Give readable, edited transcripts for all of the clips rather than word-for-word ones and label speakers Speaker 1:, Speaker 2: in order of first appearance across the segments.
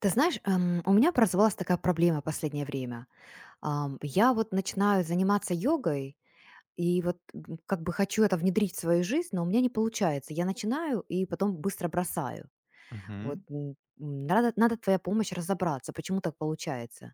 Speaker 1: Ты знаешь, у меня образовалась такая проблема последнее время. Я вот начинаю заниматься йогой, и вот как бы хочу это внедрить в свою жизнь, но у меня не получается. Я начинаю и потом быстро бросаю. Вот
Speaker 2: Мгм.
Speaker 1: надо твоя помощь разобраться, почему так получается.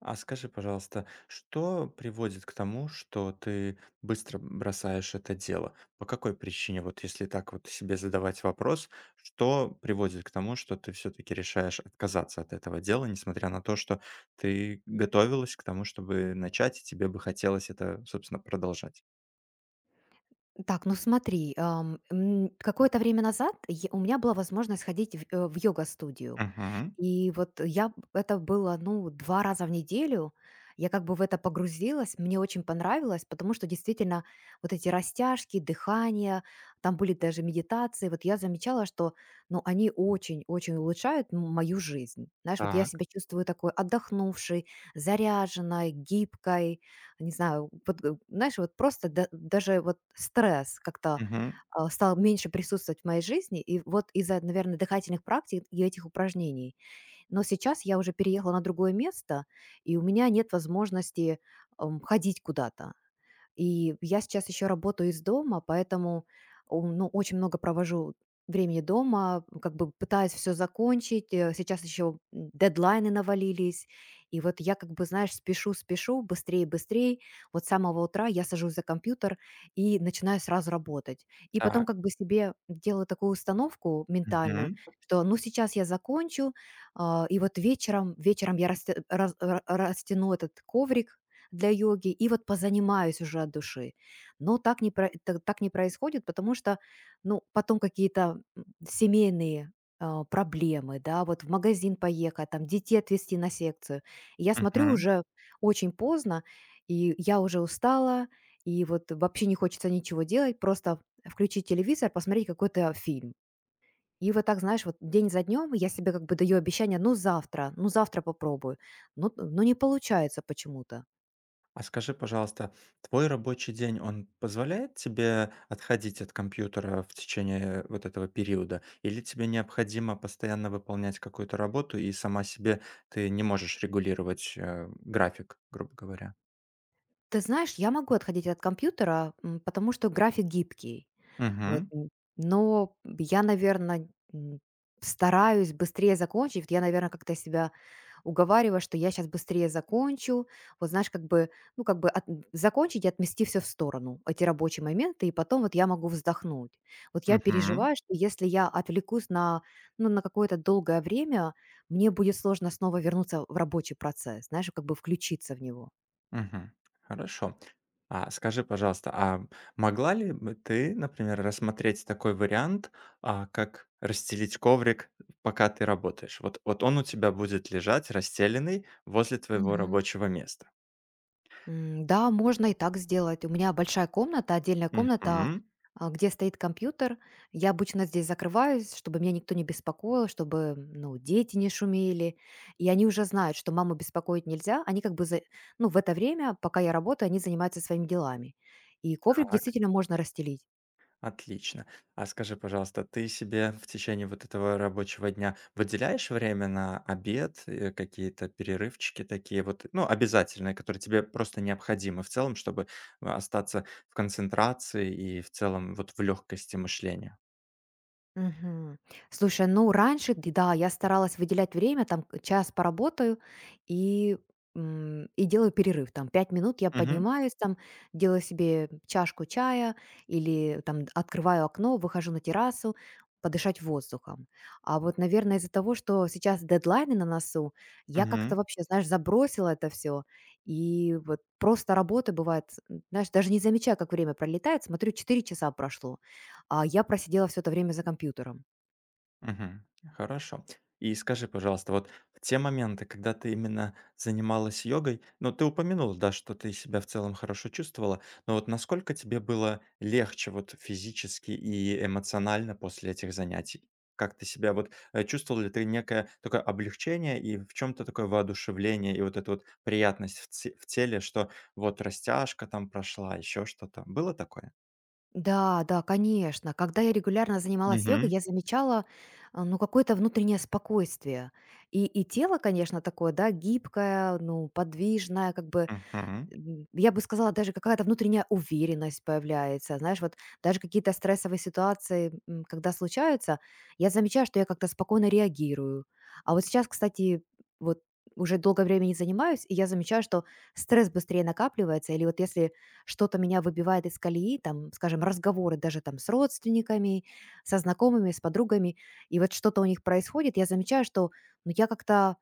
Speaker 2: А скажи, пожалуйста, что приводит к тому, что ты быстро бросаешь это дело? По какой причине? Вот если так вот себе задавать вопрос, что приводит к тому, что ты все-таки решаешь отказаться от этого дела, несмотря на то, что ты готовилась к тому, чтобы начать, и тебе бы хотелось это, собственно, продолжать?
Speaker 1: Так, ну смотри, какое-то время назад у меня была возможность ходить в йога-студию.
Speaker 2: Мгм.
Speaker 1: И вот я б это было, ну, 2 раза в неделю. Я как бы в это погрузилась, мне очень понравилось, потому что действительно вот эти растяжки, дыхание, там были даже медитации. Вот я замечала, что, ну, они очень-очень улучшают мою жизнь. Знаешь, вот я
Speaker 2: Так.
Speaker 1: себя чувствую такой отдохнувшей, заряженной, гибкой, не знаю, вот, знаешь, вот просто даже вот стресс как-то,
Speaker 2: Мгм.
Speaker 1: стал меньше присутствовать в моей жизни. И вот из-за, наверное, дыхательных практик и этих упражнений. Но сейчас я уже переехала на другое место, и у меня нет возможности, ходить куда-то. И я сейчас еще работаю из дома, поэтому, ну, очень много провожу времени дома, как бы пытаюсь все закончить. Сейчас еще дедлайны навалились. И вот я как бы, знаешь, спешу, спешу, быстрее, быстрее. Вот с самого утра я сажусь за компьютер и начинаю сразу работать. И потом
Speaker 2: Так.
Speaker 1: как бы себе делаю такую установку ментальную,
Speaker 2: Мгм.
Speaker 1: что ну сейчас я закончу, и вот вечером я расте раз ра растяну этот коврик для йоги и вот позанимаюсь уже от души. Но так не происходит, потому что, ну, потом какие-то, семейные, проблемы, да, вот в магазин поехать, там детей отвезти на секцию. И я смотрю,
Speaker 2: Мгм.
Speaker 1: уже очень поздно, и я уже устала, и вот вообще не хочется ничего делать, просто включить телевизор, посмотреть какой-то фильм. И вот так, знаешь, вот день за днем я себе как бы даю обещание, ну завтра попробую. Ну, не получается почему-то.
Speaker 2: А скажи, пожалуйста, твой рабочий день, он позволяет тебе отходить от компьютера в течение вот этого периода? Или тебе необходимо постоянно выполнять какую-то работу, и сама себе ты не можешь регулировать, график, грубо говоря?
Speaker 1: Ты знаешь, я могу отходить от компьютера, потому что график гибкий. Вот,
Speaker 2: Мгм.
Speaker 1: но я, наверное, стараюсь быстрее закончить. Вот я, наверное, как-то себя уговариваю, что я сейчас быстрее закончу. Вот знаешь, как бы, ну, как бы от закончить и отмести все в сторону, эти рабочие моменты, и потом вот я могу вздохнуть. Вот я переживаю, что если я отвлекусь на, ну, на какое-то долгое время, мне будет сложно снова вернуться в рабочий процесс, знаешь, как бы включиться в него.
Speaker 2: Мгм. Хорошо. А скажи, пожалуйста, а могла ли бы ты, например, рассмотреть такой вариант, как расстелить коврик, пока ты работаешь? Вот он у тебя будет лежать расстеленный возле твоего рабочего места.
Speaker 1: Да, можно и так сделать. У меня большая комната, отдельная комната,
Speaker 2: Мгм.
Speaker 1: где стоит компьютер. Я обычно здесь закрываюсь, чтобы меня никто не беспокоил, чтобы, ну, дети не шумели. И они уже знают, что маму беспокоить нельзя. Они как бы, ну, в это время, пока я работаю, они занимаются своими делами. И коврик
Speaker 2: Так.
Speaker 1: действительно можно расстелить.
Speaker 2: Отлично. А скажи, пожалуйста, ты себе в течение вот этого рабочего дня выделяешь время на обед, какие-то перерывчики такие вот, ну, обязательные, которые тебе просто необходимы в целом, чтобы остаться в концентрации и в целом вот в легкости мышления?
Speaker 1: Мгм. Слушай, ну раньше, да, я старалась выделять время, там час поработаю и, и делаю перерыв, там 5 минут я
Speaker 2: Мгм.
Speaker 1: поднимаюсь, там делаю себе чашку чая или там открываю окно, выхожу на террасу, подышать воздухом. А вот, наверное, из-за того, что сейчас дедлайны на носу, я как-то вообще, знаешь, забросила это все. И вот просто работа бывает, знаешь, даже не замечаю, как время пролетает, смотрю, 4 часа прошло. А я просидела все это время за компьютером.
Speaker 2: Мгм. Хорошо. И скажи, пожалуйста, вот в те моменты, когда ты именно занималась йогой, ну, ты упомянула, да, что ты себя в целом хорошо чувствовала, но вот насколько тебе было легче вот физически и эмоционально после этих занятий? Как ты себя вот чувствовал ли ты некое такое облегчение и в чем-то такое воодушевление и вот эта вот приятность в теле, что вот растяжка там прошла, еще что-то? Было такое?
Speaker 1: Да, да, конечно. Когда я регулярно занималась йогой,
Speaker 2: Угу.
Speaker 1: я замечала, ну, какое-то внутреннее спокойствие. И тело, конечно, такое, да, гибкое, ну, подвижное, как бы. Я бы сказала, даже какая-то внутренняя уверенность появляется. Знаешь, вот даже какие-то стрессовые ситуации, когда случаются, я замечаю, что я как-то спокойно реагирую. А вот сейчас, кстати, вот уже долгое время не занимаюсь, и я замечаю, что стресс быстрее накапливается, или вот если что-то меня выбивает из колеи, там, скажем, разговоры даже там с родственниками, со знакомыми, с подругами, и вот что-то у них происходит, я замечаю, что ну, я как-то.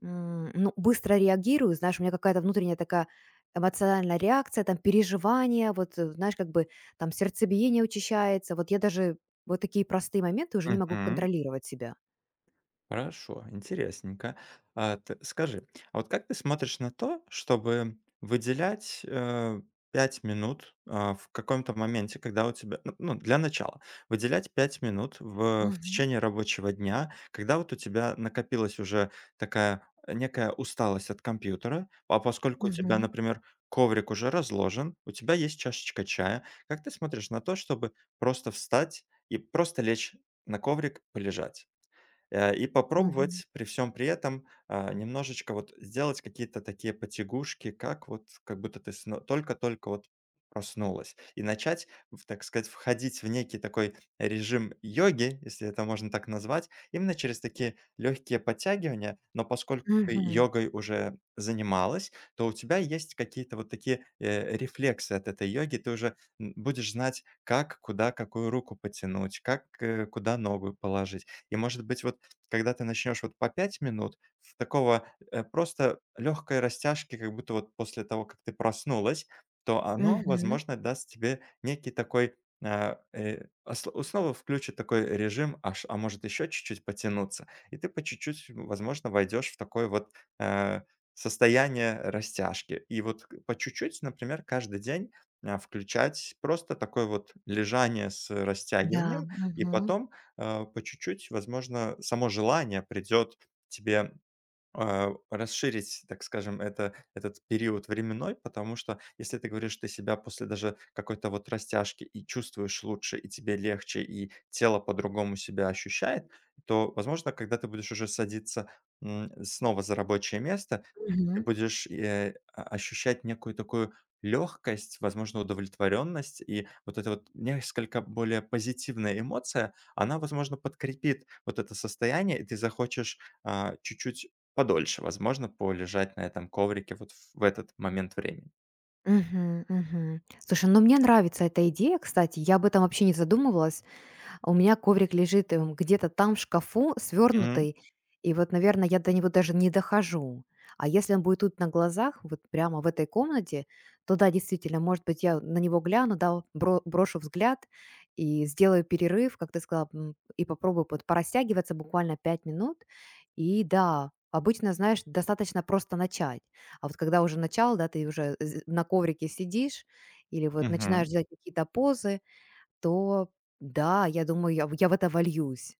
Speaker 1: Ну, быстро реагирую, знаешь, у меня какая-то внутренняя такая эмоциональная реакция, там, переживания, вот, знаешь, как бы там сердцебиение учащается. Вот я даже вот такие простые моменты уже не могу
Speaker 2: Угу.
Speaker 1: контролировать себя.
Speaker 2: Хорошо, интересненько. Скажи, а вот как ты смотришь на то, чтобы выделять 5 минут в каком-то моменте, когда у тебя, ну, для начала, выделять 5 минут в
Speaker 1: Мгм.
Speaker 2: течение рабочего дня, когда вот у тебя накопилась уже такая некая усталость от компьютера, а поскольку у тебя,
Speaker 1: Мгм.
Speaker 2: например, коврик уже разложен, у тебя есть чашечка чая, как ты смотришь на то, чтобы просто встать и просто лечь на коврик, полежать? И
Speaker 1: Мгм.
Speaker 2: попробовать при всем при этом, немножечко вот сделать какие-то такие потягушки, как вот как будто ты сн только-только вот проснулась. И начать, в так сказать, входить в некий такой режим йоги, если это можно так назвать, именно через такие легкие подтягивания. Но поскольку ты
Speaker 1: Мгм.
Speaker 2: йогой уже занималась, то у тебя есть какие-то вот такие, рефлексы от этой йоги. Ты уже, будешь знать, как, куда какую руку потянуть, как, куда ногу положить. И, может быть, вот когда ты начнешь вот по 5 минут, просто легкой растяжки, как будто вот после того, как ты проснулась, то оно,
Speaker 1: Мгм.
Speaker 2: возможно, даст тебе некий такой, а, э, ос снова включит такой режим, а может еще чуть-чуть потянуться, и ты по чуть-чуть, возможно, войдешь в такой вот, э, состояние растяжки. И вот по чуть-чуть, например, каждый день, включать просто такое вот лежание с
Speaker 1: Да.
Speaker 2: растягиванием, и
Speaker 1: Мгм.
Speaker 2: потом по чуть-чуть, возможно, само желание придет тебе расширить, так скажем, этот период временной, потому что если ты говоришь, ты себя после даже какой-то вот растяжки и чувствуешь лучше, и тебе легче, и тело по-другому себя ощущает, то, возможно, когда ты будешь уже садиться снова за рабочее место, ты
Speaker 1: Мгм.
Speaker 2: будешь ощущать некую такую легкость, возможно, удовлетворенность, и вот эта вот несколько более позитивная эмоция, она, возможно, подкрепит вот это состояние, и ты захочешь чуть-чуть подольше, возможно, полежать на этом коврике вот в этот момент времени.
Speaker 1: Мгм. Мгм. Слушай, ну мне нравится эта идея, кстати. Я об этом вообще не задумывалась. У меня коврик лежит, где-то там в шкафу
Speaker 2: Мгм.
Speaker 1: свернутый, и вот, наверное, я до него даже не дохожу. А если он будет тут на глазах, вот прямо в этой комнате, то да, действительно, может быть, я на него гляну, да, вот брошу взгляд и сделаю перерыв, как ты сказала, и попробую порастягиваться буквально 5 минут. И да, обычно, знаешь, достаточно просто начать. А вот когда уже начал, да, ты уже на коврике сидишь или вот
Speaker 2: Мгм.
Speaker 1: начинаешь делать какие-то позы, то да, я думаю, я в это вольюсь.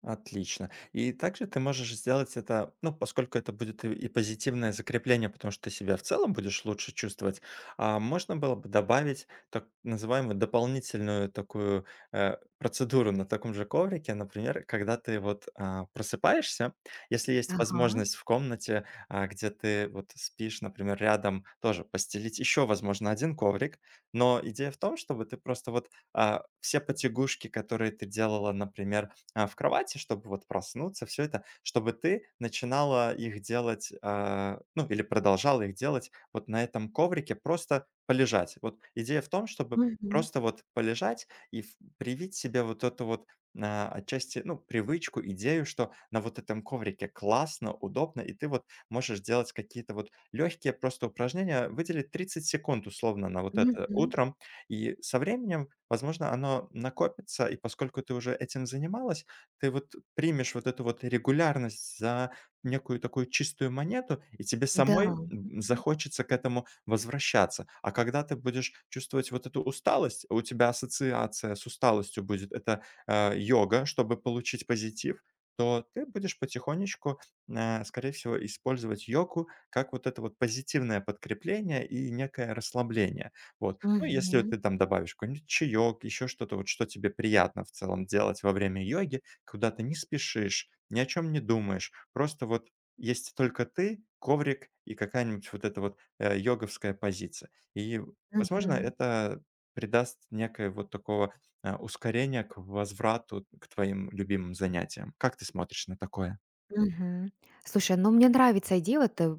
Speaker 2: Отлично. И также ты можешь сделать это, ну, поскольку это будет и позитивное закрепление, потому что ты себя в целом будешь лучше чувствовать, можно было бы добавить так называемую дополнительную такую процедуру на таком же коврике, например, когда ты вот просыпаешься, если есть
Speaker 1: Ага.
Speaker 2: возможность в комнате, где ты вот спишь, например, рядом, тоже постелить еще, возможно, один коврик, но идея в том, чтобы ты просто вот все потягушки, которые ты делала, например, в кровати, чтобы вот проснуться, все это, чтобы ты начинала их делать, ну, или продолжала их делать вот на этом коврике, просто полежать. Вот идея в том, чтобы
Speaker 1: Мгм.
Speaker 2: просто вот полежать и в привить себе вот эту вот, отчасти, ну, привычку, идею, что на вот этом коврике классно, удобно, и ты вот можешь делать какие-то вот легкие просто упражнения, выделить 30 секунд условно на вот это
Speaker 1: Мгм.
Speaker 2: утром. И со временем, возможно, оно накопится, и поскольку ты уже этим занималась, ты вот примешь вот эту вот регулярность за некую такую чистую монету, и тебе
Speaker 1: Да.
Speaker 2: самой, захочется к этому возвращаться. А когда ты будешь чувствовать вот эту усталость, у тебя ассоциация с усталостью это, йога, чтобы получить позитив, то ты будешь потихонечку, скорее всего, использовать йогу как вот это вот позитивное подкрепление и некое расслабление. Вот. Ну, если
Speaker 1: Мгм.
Speaker 2: ты там добавишь какой-нибудь чаек, еще что-то, вот что тебе приятно в целом делать во время йоги, куда то не спешишь, ни о чем не думаешь. Просто вот есть только ты, коврик и какая-нибудь вот эта вот, йоговская позиция. И, возможно,
Speaker 1: Мгм.
Speaker 2: это придаст некое вот такого, ускорения к возврату к твоим любимым занятиям. Как ты смотришь на такое?
Speaker 1: Мгм. Слушай, ну мне нравится идея, вот,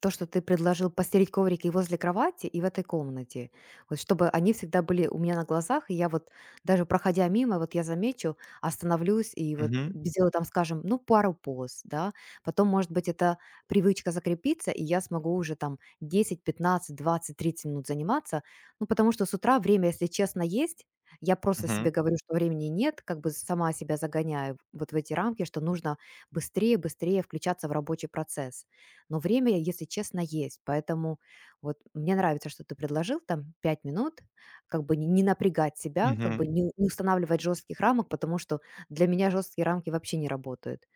Speaker 1: то, что ты предложил постелить коврики возле кровати и в этой комнате. Вот чтобы они всегда были у меня на глазах, и я вот даже проходя мимо, вот я замечу, остановлюсь и вот
Speaker 2: Мгм.
Speaker 1: сделаю там, скажем, ну, пару поз, да. Потом, может быть, эта привычка закрепится, и я смогу уже там 10, 15, 20, 30 минут заниматься. Ну, потому что с утра время, если честно, есть. Я просто
Speaker 2: Мгм.
Speaker 1: себе говорю, что времени нет, как бы сама себя загоняю вот в эти рамки, что нужно быстрее, быстрее включаться в рабочий процесс. Но время, если честно, есть. Поэтому вот мне нравится, что ты предложил там 5 минут, как бы не напрягать себя, как бы
Speaker 2: Мгм.
Speaker 1: не устанавливать жестких рамок, потому что для меня жесткие рамки вообще не работают.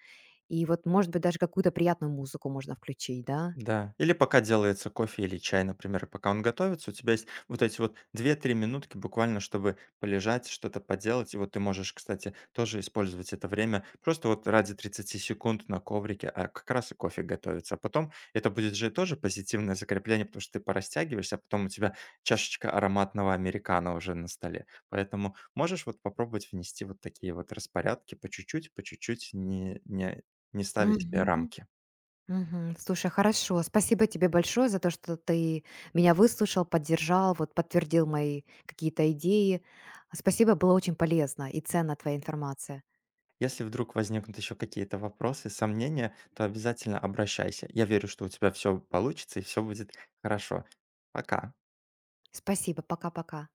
Speaker 1: И вот, может быть, даже какую-то приятную музыку можно включить, да?
Speaker 2: Да. Или пока делается кофе или чай, например, и пока он готовится, у тебя есть вот эти вот 2-3 минутки буквально, чтобы полежать, что-то поделать. И вот ты можешь, кстати, тоже использовать это время просто вот ради 30 секунд на коврике, а как раз и кофе готовится. А потом это будет же тоже позитивное закрепление, потому что ты порастягиваешься, а потом у тебя чашечка ароматного американо уже на столе. Поэтому можешь вот попробовать внести вот такие вот распорядки по чуть-чуть, не ставить себе
Speaker 1: Мгм.
Speaker 2: рамки.
Speaker 1: Мгм. Слушай, хорошо. Спасибо тебе большое за то, что ты меня выслушал, поддержал, вот подтвердил мои какие-то идеи. Спасибо, было очень полезно и ценна твоя информация.
Speaker 2: Если вдруг возникнут еще какие-то вопросы, сомнения, то обязательно обращайся. Я верю, что у тебя все получится и все будет хорошо. Пока.
Speaker 1: Спасибо, пока-пока.